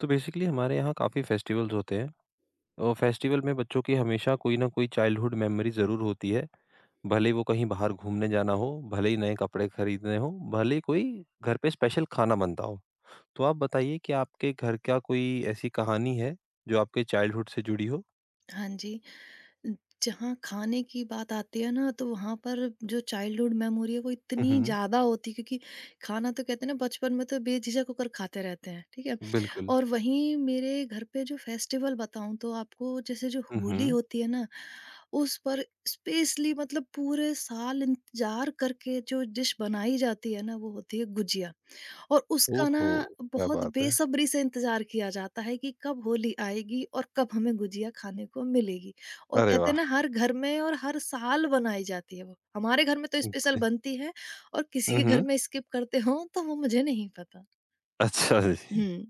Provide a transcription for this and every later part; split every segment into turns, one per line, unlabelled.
तो बेसिकली हमारे यहाँ काफ़ी फेस्टिवल्स होते हैं और फेस्टिवल में बच्चों की हमेशा कोई ना कोई चाइल्डहुड मेमोरी ज़रूर होती है। भले ही वो कहीं बाहर घूमने जाना हो, भले ही नए कपड़े खरीदने हो, भले ही कोई घर पे स्पेशल खाना बनता हो। तो आप बताइए कि आपके घर क्या कोई ऐसी कहानी है जो आपके चाइल्डहुड से जुड़ी हो?
हाँ जी। अ, जहाँ खाने की बात आती है ना, तो वहाँ पर जो चाइल्डहुड मेमोरी है वो
हुँ,
इतनी
हुँ।
ज़्यादा होती है, क्योंकि खाना तो कहते हैं ना, बचपन में तो बेझिझक होकर खाते रहते हैं, ठीक है?
बिल्कुल।
और वहीं मेरे घर पे जो फेस्टिवल बताऊँ तो आपको, जैसे जो
हुँ,
होली
हुँ।
होती है ना, उस पर स्पेशली मतलब पूरे साल इंतज़ार करके जो डिश बनाई जाती है ना, वो होती है गुजिया। और उसका ना
ओहो! क्या
बहुत
बात है।
बेसब्री से इंतजार किया जाता है कि कब होली आएगी और कब हमें गुजिया खाने को मिलेगी। और
अरे
कहते हैं
वाह!
ना, हर घर में और हर साल बनाई जाती है, वो हमारे घर में तो स्पेशल
जी।
बनती है। और किसी
हुँ,
के घर
हुँ।
में स्किप करते हो तो वो मुझे नहीं पता।
अच्छा जी।
हम्म।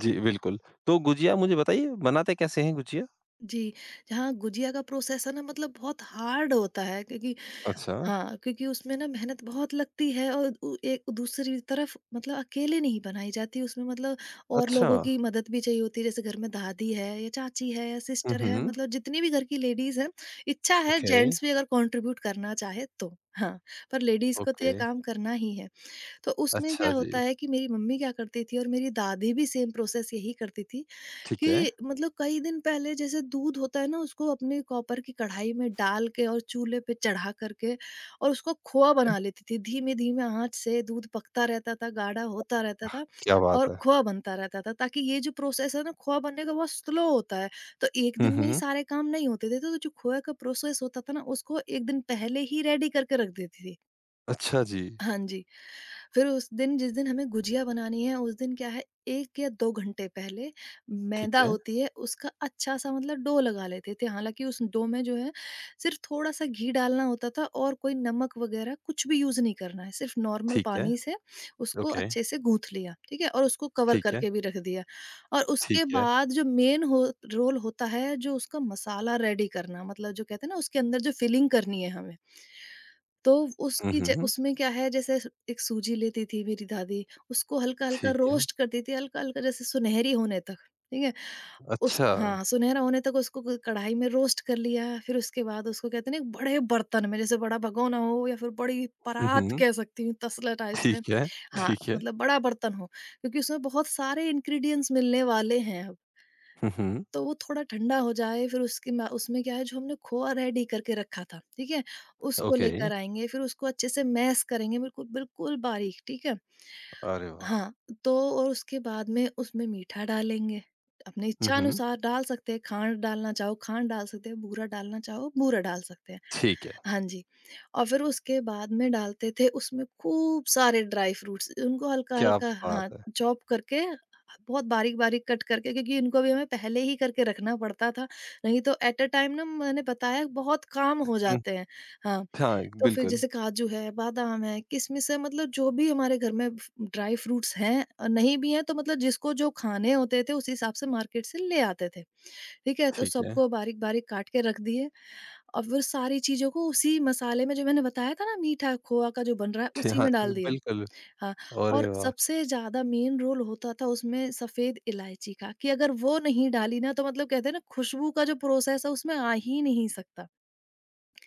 जी, बिल्कुल। तो गुजिया मुझे बताइए बनाते कैसे हैं गुजिया?
जी। जहाँ गुजिया का प्रोसेस है ना, मतलब बहुत हार्ड होता है, क्योंकि
अच्छा।
हाँ, क्योंकि उसमें ना मेहनत बहुत लगती है और उ एक दूसरी तरफ मतलब अकेले नहीं बनाई जाती, उसमें मतलब और
अच्छा।
लोगों की मदद भी चाहिए होती है। जैसे घर में दादी है या चाची है या
हुँ,
सिस्टर है,
हुँ।
मतलब जितनी भी घर की लेडीज़ हैं, इच्छा है
ओके,
जेंट्स भी अगर कंट्रीब्यूट करना चाहे तो। हाँ, पर लेडीज़ को तो ये
ओके।
काम करना ही है। तो उसमें
अच्छा
क्या होता
जी,
है कि मेरी मम्मी क्या करती थी और मेरी दादी भी सेम प्रोसेस यही करती थी,
ठीक है।
कि मतलब कई दिन पहले, जैसे दूध होता है ना, उसको अपनी कॉपर की कढ़ाई में डाल के और चूल्हे पे चढ़ा करके, और उसको खोआ
है,
बना लेती थी। धीमे-धीमे आँच से दूध पकता रहता था, गाढ़ा होता रहता था
क्या बात
और
है!
खोआ बनता रहता था, ताकि ये जो प्रोसेस है ना, खोआ बनने का बहुत स्लो होता है। तो एक
हुँ,
दिन में ही
हुँ।
सारे काम नहीं होते थे, तो जो खोए का प्रोसेस होता था ना, उसको एक दिन पहले ही रेडी करके रख देती थी।
अच्छा जी,
हाँ जी। फिर उस दिन, जिस दिन हमें गुजिया बनानी है, उस दिन क्या है, 1 या 2 घंटे पहले
ठीक
मैदा
है,
होती है उसका अच्छा-सा मतलब डो लगा लेते थे। हालाँकि उस डो में जो है, सिर्फ़ थोड़ा-सा घी डालना होता था और कोई नमक वग़ैरह कुछ भी यूज़ नहीं करना है। सिर्फ़ नॉर्मल
ठीक है,
पानी से उसको
ओके,
अच्छे से गूँथ लिया, ठीक है? और उसको कवर
ठीक है,
करके भी रख दिया। और उसके
ठीक है।
बाद जो मेन हो रोल होता है जो उसका मसाला रेडी करना, मतलब जो कहते हैं ना, उसके अंदर जो फिलिंग करनी है हमें। तो
हुँ,
उसकी ज
हुँ,
उसमें क्या है, जैसे एक सूजी लेती थी मेरी दादी, उसको हल्का-हल्का
ठीक है।
रोस्ट करती थी, हल्का-हल्का, जैसे सुनहरी होने तक, ठीक है? उस
अच्छा,
हाँ, सुनहरा होने तक उसको क कढ़ाई में रोस्ट कर लिया, फिर उसके बाद उसको, कहते हैं ना, एक बड़े बर्तन में, जैसे बड़ा भगोना हो या फिर बड़ी
हुँ,
परात
हुँ,
कह सकती हूँ, तसला टाइप से।
ठीक है,
हाँ,
ठीक है।
मतलब बड़ा बर्तन हो, क्योंकि उसमें बहुत सारे इंग्रीडिएंट्स मिलने वाले हैं।
हुँ, हुँ,
तो वो थोड़ा ठंडा हो जाए, फिर उसकी मा उसमें क्या है, जो हमने खोआ रेडी करके रखा था, ठीक है? उसको
ओके।
लेकर आएँगे, फिर उसको अच्छे से मैश करेंगे, बिल्कुल, बिल्कुल बारीक, ठीक है?
अरे वाह!
हाँ, तो और उसके बाद में उसमें मीठा डालेंगे, अपनी
हुँ,
इच्छा
हुँ,
अनुसार डाल सकते हैं, खांड डालना चाहो खांड डाल सकते हैं, बूरा डालना चाहो बूरा डाल सकते हैं।
ठीक है,
हाँ जी। और फिर उसके बाद में डालते थे उसमें खूब सारे ड्राई फ्रूट्स, उनको
क्या
हल्का-हल्का, हाँ,
बात है!
चॉप करके, बहुत बारीक-बारीक कट करके, क्योंकि इनको भी हमें पहले ही करके रखना पड़ता था, नहीं तो एट अ टाइम ना, मैंने बताया, बहुत काम हो
हुँ,
जाते हैं। हाँ,
हाँ,
तो फिर
बिल्कुल,
जैसे काजू है, बादाम है, किशमिश है, मतलब जो भी हमारे घर में फ ड्राई फ्रूट्स हैं और नहीं भी हैं, तो मतलब जिसको जो खाने होते थे, उस हिसाब से मार्केट से ले आते थे। ठीक है? तो
ठीक है,
सबको बारीक-बारीक काट के रख दिए और वो सारी चीज़ों को उसी मसाले में, जो मैंने बताया था ना, मीठा खोआ का जो बन रहा है,
ठी
उसी
हाँ,
में
ए,
डाल दिया।
बिल्कुल।
हाँ,
अरे
और
वाह!
सबसे ज़्यादा मेन रोल होता था उसमें सफ़ेद इलायची का, कि अगर वो नहीं डाली ना, तो मतलब कहते हैं ना, खुशबू का जो प्रोसेस है उसमें आ ही नहीं सकता।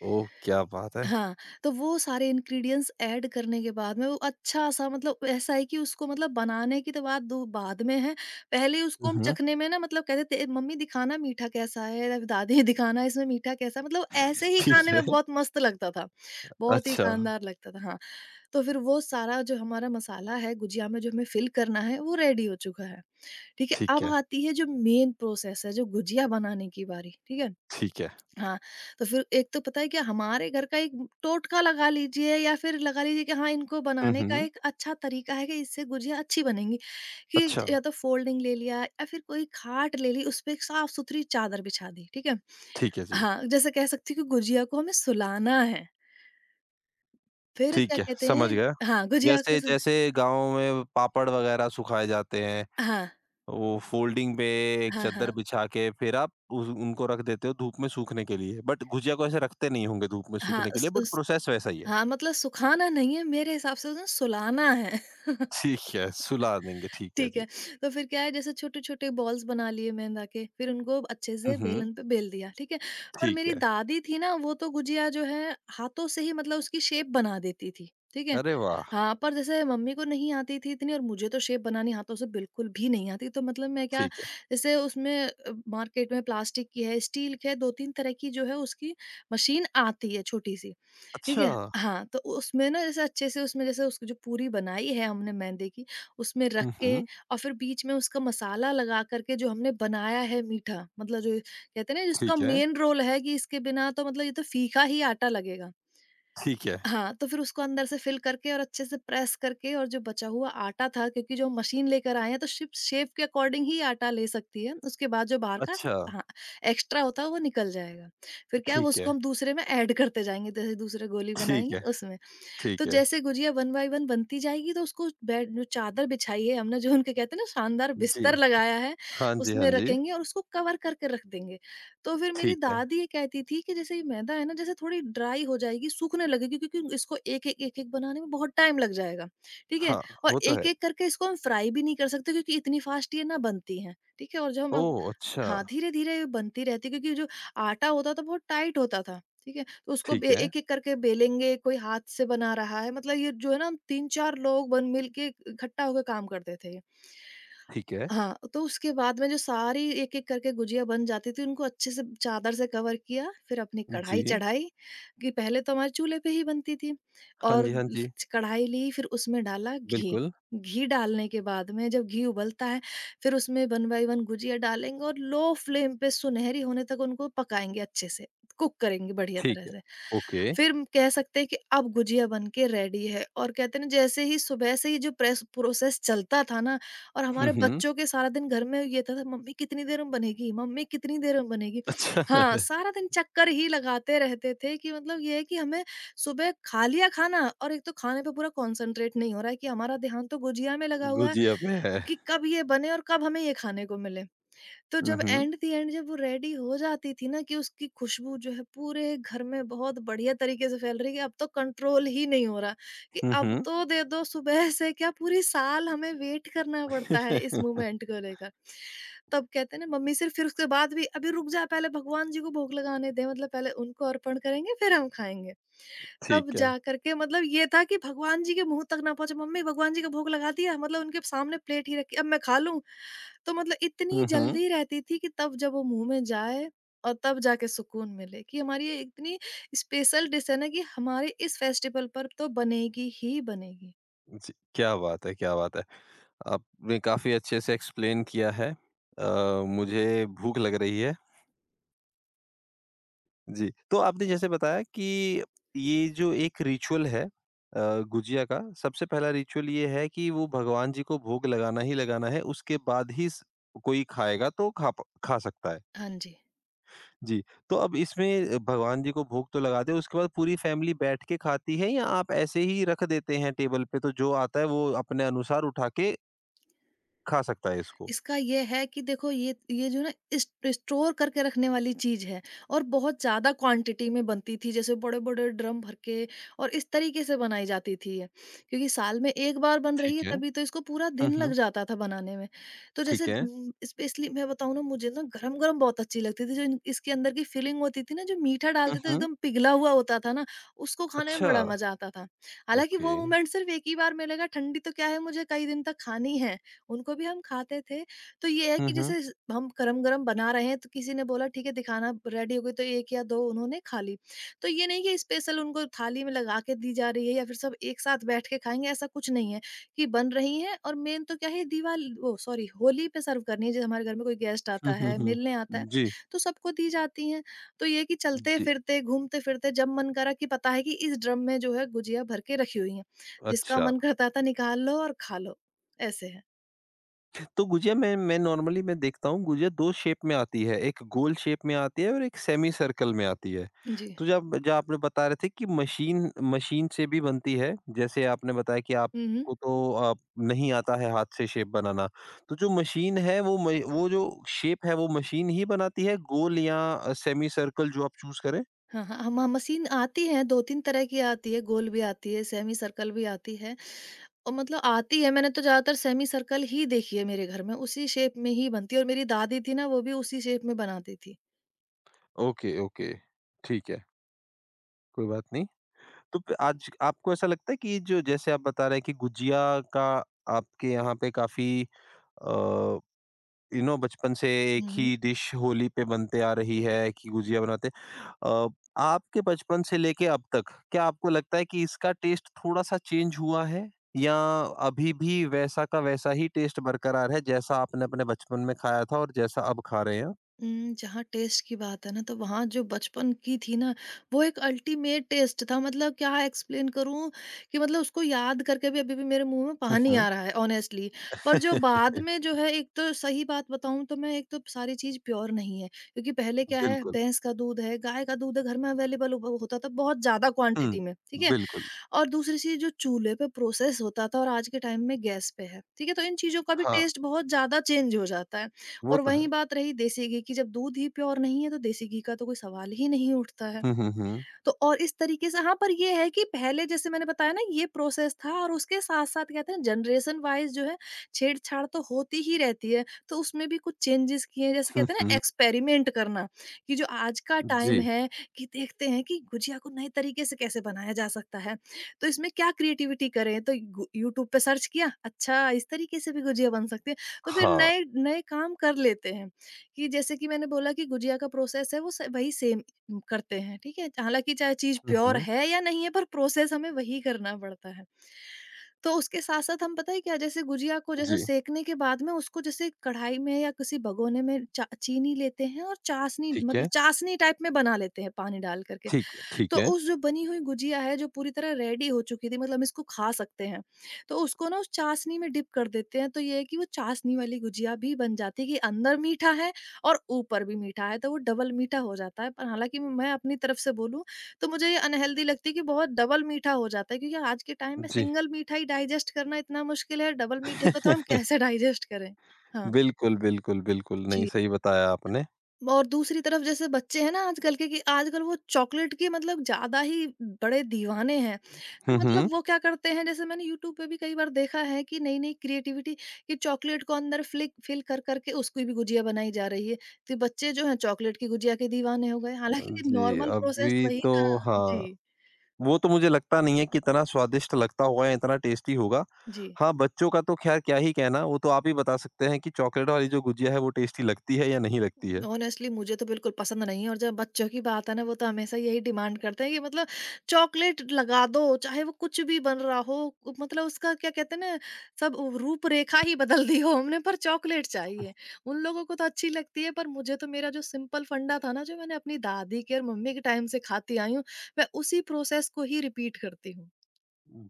ओह, क्या बात है!
हाँ, तो वो सारे इंग्रीडिएंट्स ऐड करने के बाद में वो अच्छा-सा मतलब ऐसा है कि उसको मतलब बनाने की तो बात दू बाद में है, पहले उसको
हुँ,
हम
हुँ,
चखने में ना मतलब कहते थे, "मम्मी दिखाना मीठा कैसा है? या दादी दिखाना इसमें मीठा कैसा है?" मतलब ऐसे ही खाने
ठीक है,
में बहुत मस्त लगता था, बहुत ही
अच्छा,
शानदार लगता था, हाँ। तो फिर वो सारा जो हमारा मसाला है गुजिया में, जो हमें फिल करना है, वो रेडी हो चुका है, ठीक है?
ठीक
अब
है,
आती है जो मेन प्रोसेस है, जो गुजिया बनाने की बारी, ठीक है?
ठीक है।
हाँ, तो फिर एक तो पता है क्या, हमारे घर का एक टोटका लगा लीजिए या फिर लगा लीजिए कि हाँ, इनको
हुँ,
बनाने का
हुँ,
एक अच्छा तरीका है कि इससे गुजिया अच्छी बनेंगी, कि
अच्छा।
या तो फोल्डिंग ले लिया या फिर कोई खाट ले ली, उस पे एक साफ-सुथरी चादर बिछा दी, ठीक है?
ठीक है जी।
हाँ, जैसे कह सकती हूँ कि गुजिया को हमें सुलाना है, फिर क्या
ठीक है,
कहते
समझ
हैं,
गया।
हाँ, गुजिया को
जैसे
सुल
जैसे गाँव में पापड़ वग़ैरह सुखाए जाते हैं,
हाँ,
वो फ़ोल्डिंग पे एक
हाँ,
चद्दर
हाँ,
बिछा के फिर आप उस उनको रख देते हो धूप में सूखने के लिए, बट गुजिया को ऐसे रखते नहीं होंगे धूप में
हाँ,
सूखने के लिए
उस
बट
उस
प्रोसेस वैसा ही है।
हाँ, मतलब सुखाना नहीं है मेरे हिसाब से, उसे सुलाना है।
ठीक है, सुला देंगे, ठीक है
ठीक
जी।
है। तो फिर क्या है, जैसे छोटे-छोटे बॉल्स बना लिए मैदा के, फिर उनको अच्छे
हुँ,
से
हुँ,
बेलन पे बेल दिया, ठीक है। पर
ठीक
मेरी
है।
दादी थी ना, वो तो गुजिया जो है हाथों से ही मतलब उसकी शेप बना देती थी, ठीक है।
अरे वाह!
हाँ, पर जैसे मम्मी को नहीं आती थी इतनी, और मुझे तो शेप बनानी हाथों से बिल्कुल भी नहीं आती। तो मतलब मैं क्या,
ठीक है।
जैसे उसमें मार्केट में प्लास्टिक की है, स्टील की है, 2-3 तरह की जो है उसकी मशीन आती है, छोटी-सी। ठीक
अच्छा।
है? हाँ, तो उसमें ना जैसे अच्छे से उसमें जैसे उसकी जो पूरी बनाई है हमने मैदे की, उसमें रख
हुँ,
के
हुँ,
और फिर बीच में उसका मसाला लगा कर के, जो हमने बनाया है मीठा, मतलब जो कहते हैं ना, जिसका
ठीक है,
मेन रोल है कि इसके बिना तो मतलब ये तो फीका ही आटा लगेगा।
ठीक है।
हाँ, तो फिर उसको अंदर से फिल करके और अच्छे से प्रेस करके, और जो बचा हुआ आटा था, क्योंकि जो हम मशीन लेकर आए हैं तो सिर्फ़ शेप के अकॉर्डिंग ही आटा ले सकती है। उसके बाद जो बाहर का,
अच्छा,
हाँ, एक्स्ट्रा होता है वो निकल जाएगा। फिर क्या है, वो
ठीक
उसको
है,
हम दूसरे में ऐड करते जाएँगे, जैसे दूसरे गोली
ठीक
बनाएँगे
है,
उसमें।
ठीक
तो
है।
जैसे गुजिया 1 बाय 1 बनती जाएगी, तो उसको, बेड जो चादर बिछाई है हमने, जो उनके, कहते हैं ना, शानदार
जी।
बिस्तर लगाया है,
हाँ जी, हाँ
उसमें
जी।
रखेंगे और उसको कवर करके रख देंगे। तो फिर मेरी
ठीक है।
दादी ये कहती थी कि जैसे ये मैदा है ना, जैसे थोड़ी ड्राई हो जाएगी, सूखने लगेगी, क्योंकि इसको एक-एक, एक-एक बनाने में बहुत टाइम लग जाएगा, ठीक है?
हाँ,
और
वो तो है।
एक-एक करके इसको हम फ्राई भी नहीं कर सकते, क्योंकि इतनी फास्ट ये ना बनती हैं, ठीक है? और जब हम,
ओह! अच्छा,
हाँ, धीरे-धीरे बनती रहती है, क्योंकि जो आटा होता था बहुत टाइट होता था, ठीक है? तो उसको
ठीक
बे
है,
एक-एक करके बेलेंगे, कोई हाथ से बना रहा है, मतलब ये जो है ना, हम 3-4 लोग बन मिल के इकट्ठा होके काम करते थे ये।
ठीक है।
हाँ, तो उसके बाद में जो सारी एक-एक करके गुजिया बन जाती थी, उनको अच्छे से चादर से कवर किया, फिर अपनी कढ़ाई
जी।
चढ़ाई, कि पहले तो हमारे चूल्हे पे ही बनती थी,
हाँ
और
जी, हाँ जी।
कढ़ाई ली, फिर उसमें डाला घी।
बिल्कुल,
घी डालने के बाद में जब घी उबलता है, फिर उसमें 1 बाय 1 गुजिया डालेंगे और लो फ्लेम पे सुनहरी होने तक उनको पकाएँगे अच्छे से, कुक करेंगे बढ़िया
ठीक
तरह
है।
से।
ओके।
फिर हम कह सकते हैं कि अब गुजिया बन के रेडी है, और कहते हैं ना, जैसे ही सुबह से ही जो प्रेस प्रोसेस चलता था ना, और
हुँ,
हमारे
हुँ।
बच्चों के सारा दिन घर में ये था, मम्मी कितनी देर में बनेगी, मम्मी कितनी देर में बनेगी।
अच्छा,
हाँ, सारा दिन चक्कर ही लगाते रहते थे कि मतलब ये है कि हमें सुबह खा लिया खाना, और एक तो खाने पे पूरा कॉन्संट्रेट नहीं हो रहा है, कि हमारा ध्यान तो गुजिया में लगा हुआ है
गुझिया पे है।
कि कब ये बने और कब हमें ये खाने को मिले। तो
हुँ,
जब
हुँ।
एंड द एंड जब वो रेडी हो जाती थी ना, कि उसकी खुशबू जो है पूरे घर में बहुत बढ़िया तरीके से फैल रही है, अब तो कंट्रोल ही नहीं हो रहा, कि
हुँ,
अब
हुँ।
तो दे दो, सुबह से क्या पूरी साल हमें वेट करना पड़ता है इस मोमेंट को लेकर। तब कहते हैं ना, मम्मी, सिर्फ फिर उसके बाद भी, अभी रुक जा, पहले भगवान जी को भोग लगाने दे, मतलब पहले उनको अर्पण करेंगे फिर हम खाएँगे। तब
ठीक है।
जा करके मतलब ये था कि भगवान जी के मुँह तक ना पहुँचे, मम्मी भगवान जी का भोग लगा दिया, मतलब उनके सामने प्लेट ही रखी, अब मैं खा लूँ। तो मतलब इतनी
हुँ, हुँ।
जल्दी रहती थी कि तब जब वो मुँह में जाए और तब जाके सुकून मिले कि हमारी ये इतनी स्पेशल डिश है ना कि हमारे इस फेस्टिवल पर तो बनेगी ही बनेगी।
जी, क्या बात है, क्या बात है! आपने काफ़ी अच्छे से एक्सप्लेन किया है। अ, मुझे भूख लग रही है। जी, तो आपने जैसे बताया कि ये जो एक रिचुअल है, अ, गुजिया का, सबसे पहला रिचुअल ये है कि वो भगवान जी को भोग लगाना ही लगाना है, उसके बाद ही स कोई खाएगा तो खा सकता है।
हाँ जी।
जी, तो अब इसमें भगवान जी को भोग तो लगाते हो, उसके बाद पूरी फैमिली बैठ के खाती है या आप ऐसे ही रख देते हैं टेबल पे, तो जो आता है वो अपने अनुसार उठा के खा सकता है इसको?
इसका ये है कि देखो ये जो ना इस स्टोर करके रखने वाली चीज़ है और बहुत ज़्यादा क्वांटिटी में बनती थी, जैसे बड़े-बड़े ड्रम भर के, और इस तरीके से बनाई जाती थी ये। क्योंकि साल में 1 बार बन रही
ठीक
है
है।
तभी तो इसको पूरा
हुँ,
दिन लग
हुँ,
जाता था बनाने में। तो जैसे
ठीक है।
स्पेशली मैं बताऊँ ना, मुझे ना गरम-गरम बहुत अच्छी लगती थी, जो इन इसके अंदर की फिलिंग होती थी ना, जो मीठा
हुँ,
डालते थे
हुँ,
एकदम पिघला हुआ होता था ना, उसको खाने में
अच्छा,
बड़ा मज़ा आता था। हालाँकि
ओके।
वो मोमेंट सिर्फ़ एक ही बार मिलेगा, ठंडी तो क्या है, मुझे कई दिन तक खानी है। उनको भी हम खाते थे। तो ये है
हुँ,
कि
हुँ,
जैसे स हम गरम-गरम बना रहे हैं तो किसी ने बोला ठीक है, दिखाना रेडी हो गई, तो 1 या 2 उन्होंने खा ली। तो ये नहीं कि स्पेशल उनको थाली में लगा के दी जा रही है या फिर सब एक साथ बैठ के खाएँगे, ऐसा कुछ नहीं है। कि बन रही हैं और मेन तो क्या है, दिवाल ओह सॉरी होली पे सर्व करनी है, जैसे हमारे घर में कोई गेस्ट
हुँ,
आता
हुँ,
है,
हुँ।
मिलने आता है
जी,
तो सबको दी जाती हैं। तो ये है कि
जी।
चलते-फिरते, घूमते-फिरते जब मन करा, कि पता है कि इस ड्रम में जो है गुजिया भर के रखी हुई हैं। जिसका
अच्छा,
मन करता था निकाल लो और खा लो। ऐसे है।
तो गुजिया मैं नॉर्मली मैं देखता हूँ गुजिया 2 शेप में आती है, एक गोल शेप में आती है और एक सेमी सर्कल में आती है।
जी।
तो जब जब आपने बता रहे थे कि मशीन मशीन से भी बनती है, जैसे आपने बताया कि
हुँ, हुँ।
आपको तो नहीं आता है हाथ से शेप बनाना। तो जो मशीन है वो जो शेप है वो मशीन ही बनाती है, गोल या सेमी सर्कल जो आप चूज़ करें?
हाँ, हाँ, हाँ, मशीन आती है, 2-3 तरह की आती है, गोल भी आती है, सेमी सर्कल भी आती है और मतलब आती है। मैंने तो ज़्यादातर सेमी सर्कल ही देखी है मेरे घर में, उसी शेप में ही बनती है, और मेरी दादी थी ना, वो भी उसी शेप में बनाती थी।
ओके, ओके, ठीक है, कोई बात नहीं। तो प आज आपको ऐसा लगता है कि जो जैसे आप बता रहे हैं कि गुजिया का आपके यहाँ पे काफ़ी अ, यू नो बचपन से एक
हुँ, हुँ।
ही डिश होली पे बनते आ रही है कि गुजिया बनाते हैं। अ, आपके बचपन से लेके अब तक क्या आपको लगता है कि इसका टेस्ट थोड़ा-सा चेंज हुआ है? या अभी भी वैसा का वैसा ही टेस्ट बरकरार है जैसा आपने अपने बचपन में खाया था और जैसा अब खा रहे हैं?
जहाँ टेस्ट की बात है ना, तो वहाँ जो बचपन की थी ना, वो एक अल्टीमेट टेस्ट था। मतलब क्या एक्सप्लेन करूँ कि मतलब उसको याद करके भी अभी भी मेरे मुँह में
हुँ,
पानी
हुँ।
आ रहा है ऑनेस्टली। पर जो बाद में जो है, एक तो सही बात बताऊँ तो मैं एक तो सारी चीज़ प्योर नहीं है। क्योंकि पहले क्या है,
बिल्कुल।
भैंस का दूध है, गाय का दूध है, घर में अवेलेबल उब होता था बहुत ज़्यादा
हुँ,
क्वांटिटी में, ठीक है?
बिल्कुल।
और दूसरी चीज़, जो चूल्हे पे प्रोसेस होता था और आज के टाइम में गैस पे है, ठीक है? तो इन चीज़ों का भी
हाँ,
टेस्ट बहुत ज़्यादा चेंज हो जाता है।
वो
और
तो है।
वहीं बात रही देसी घी की, जब दूध ही प्योर नहीं है तो देसी घी का तो कोई सवाल ही नहीं उठता है।
हुँ, हुँ, हुँ।
तो और इस तरीके से हाँ। पर ये है कि पहले जैसे मैंने बताया ना, ये प्रोसेस था, और उसके साथ-साथ कहते हैं जनरेशन वाइज़ जो है छेड़-छाड़ तो होती ही रहती है, तो उसमें भी कुछ चेंजेज़ किए हैं, जैसे
हुँ,
कहते हैं ना
हुँ।
एक्सपेरिमेंट करना, कि जो आज का टाइम
जी,
है, कि देखते हैं कि गुजिया को नए तरीके से कैसे बनाया जा सकता है। तो इसमें क्या क्रिएटिविटी करें? तो गू यूट्यूब पे सर्च किया, अच्छा इस तरीके से भी गुजिया बन सकती है, तो फिर
हाँ।
नए नए काम कर लेते हैं। कि जैसे कि मैंने बोला कि गुजिया का प्रोसेस है वो स वही सेम हम करते हैं, ठीक है? हालाँकि चाहे चीज़
हुँ,
प्योर
हुँ।
है या नहीं है, पर प्रोसेस हमें वही करना पड़ता है। तो उसके साथ-साथ हम पता है क्या, जैसे गुजिया को जैसे
जी,
सेकने के बाद में, उसको जैसे कढ़ाई में या किसी भगोने में चा चीनी लेते हैं और चाशनी
ठीक है,
मतलब चाशनी टाइप में बना लेते हैं पानी डाल करके।
ठीक है,
तो
ठीक है।
उस जो बनी हुई गुजिया है, जो पूरी तरह रेडी हो चुकी थी, मतलब हम इसको खा सकते हैं, तो उसको ना उस चाशनी में डिप कर देते हैं। तो ये है कि वो चाशनी वाली गुजिया भी बन जाती है कि अंदर मीठा है और ऊपर भी मीठा है, तो वो डबल मीठा हो जाता है। पर हालाँकि मैं अपनी तरफ से बोलूँ तो मुझे ये अनहेल्दी लगती है कि बहुत डबल मीठा हो जाता है, क्योंकि आज के टाइम में
जी।
सिंगल मीठा ही डाइजेस्ट करना इतना मुश्किल है, डबल मीठे को तो हम कैसे डाइजेस्ट करें? हाँ।
बिल्कुल, बिल्कुल, बिल्कुल। नहीं,
जी।
सही बताया आपने।
और दूसरी तरफ जैसे बच्चे हैं ना आजकल के, कि आजकल वो चॉकलेट के मतलब ज़्यादा ही बड़े दीवाने हैं। तो
हुँ, हुँ।
मतलब वो क्या करते हैं, जैसे मैंने यूट्यूब पे भी कई बार देखा है कि नई-नई क्रिएटिविटी, कि चॉकलेट को अंदर फ़्लिक फ़िल कर कर के उसकी भी गुजिया बनाई जा रही है। तो बच्चे जो हैं चॉकलेट की गुजिया के दीवाने हो गए। हालाँकि
जी,
नॉर्मल प्रोसेस
अभी
वही
तो
था।
हाँ,
जी,
वो तो मुझे लगता नहीं है कि इतना स्वादिष्ट लगता होगा या इतना टेस्टी होगा।
जी।
हाँ, बच्चों का तो ख़ैर क्या ही कहना, वो तो आप ही बता सकते हैं कि चॉकलेट वाली जो गुजिया है वो टेस्टी लगती है या नहीं लगती है।
ऑनेस्टली मुझे तो बिल्कुल पसंद नहीं है, और जब बच्चों की बात है ना, वो तो हमेशा यही डिमांड करते हैं कि मतलब चॉकलेट लगा दो, चाहे वो कुछ भी बन रहा हो, मतलब उसका क्या कहते हैं ना, सब रूपरेखा ही बदल दी हो हमने, पर चॉकलेट चाहिए। उन लोगों को तो अच्छी लगती है, पर मुझे तो मेरा जो सिंपल फंडा था ना, जो मैंने अपनी दादी के और मम्मी के टाइम से खाती आई हूँ, मैं उसी प्रोसेस को ही रिपीट करती हूँ।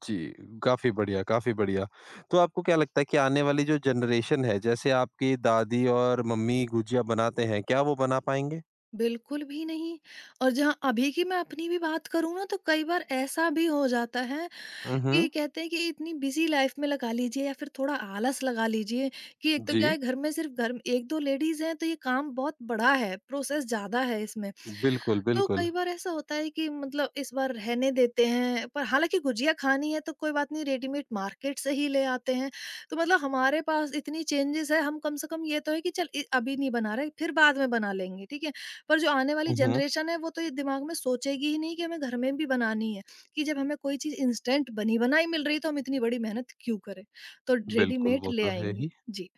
जी, काफ़ी बढ़िया, काफ़ी बढ़िया। तो आपको क्या लगता है कि आने वाली जो जनरेशन है, जैसे आपकी दादी और मम्मी गुजिया बनाते हैं, क्या वो बना पाएँगे?
बिल्कुल भी नहीं। और जहाँ अभी की मैं अपनी भी बात करूँ ना, तो कई बार ऐसा भी हो जाता है
हुँ,
कि
हुँ।
कहते हैं कि इतनी बिज़ी लाइफ़ में लगा लीजिए या फिर थोड़ा आलस लगा लीजिए, कि एक तो क्या
जी,
है, घर में सिर्फ़ घर 1-2 लेडीज़ हैं, तो ये काम बहुत बड़ा है, प्रोसेस ज़्यादा है इसमें।
बिल्कुल,
तो
बिल्कुल।
कई बार ऐसा होता है कि मतलब इस बार रहने देते हैं, पर हालाँकि गुजिया खानी है तो कोई बात नहीं, रेडीमेड मार्केट से ही ले आते हैं। तो मतलब हमारे पास इतनी चेंजेस है, हम कम से कम ये तो है कि चल इ अभी नहीं बना रहे, फिर बाद में बना लेंगे, ठीक है? पर जो आने वाली
हुँ, हुँ।
जनरेशन है, वो तो ये दिमाग में सोचेगी ही नहीं कि हमें घर में भी बनानी है। कि जब हमें कोई चीज़ इंस्टेंट बनी-बनाई मिल रही है, तो हम इतनी बड़ी मेहनत क्यों करें? तो
बिल्कुल,
रेडीमेड
वो
ले
तो है
आएँगे।
ही।
जी।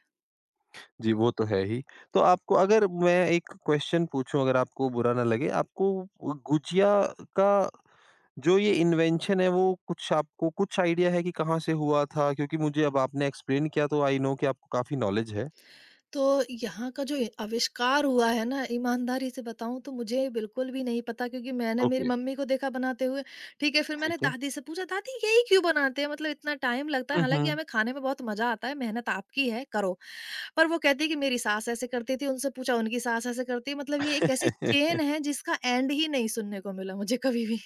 जी, वो तो है ही। तो आपको अगर मैं एक क्वेश्चन पूछूँ अगर आपको बुरा ना लगे, आपको गुजिया का जो ये इन्वेंशन है वो कुछ आपको कुछ आइडिया है कि कहाँ से हुआ था? क्योंकि मुझे अब आपने एक्सप्लेन किया तो आई नो कि आपको काफ़ी नॉलेज है।
तो यहाँ का जो ए आविष्कार हुआ है ना, ईमानदारी से बताऊँ तो मुझे बिल्कुल भी नहीं पता, क्योंकि मैंने मेरी
ओके,
मम्मी को देखा बनाते हुए, ठीक है, फिर मैंने
ठीक है।
दादी से पूछा, "दादी यही क्यों बनाते हैं? मतलब इतना टाइम लगता है,
हुँ,
हालाँकि
हुँ।
हमें खाने में बहुत मज़ा आता है, मेहनत आपकी है, करो।" पर वो कहती है कि मेरी सास ऐसे करती थी, उनसे पूछा उनकी सास ऐसे करती है, मतलब ये एक ऐसी चेन है जिसका एंड ही नहीं सुनने को मिला मुझे कभी भी।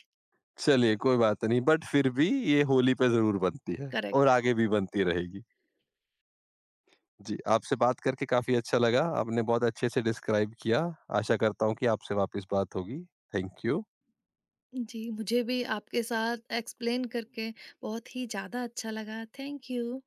चलिए कोई बात नहीं बट फिर भी ये होली पे ज़रूर बनती है और
करेक्ट।
आगे भी बनती रहेगी। जी, आपसे बात करके काफ़ी अच्छा लगा। आपने बहुत अच्छे से डिस्क्राइब किया। आशा करता हूँ कि आपसे वापस बात होगी। Thank you.
जी, मुझे भी आपके साथ एक्सप्लेन करके बहुत ही ज़्यादा अच्छा लगा। Thank you.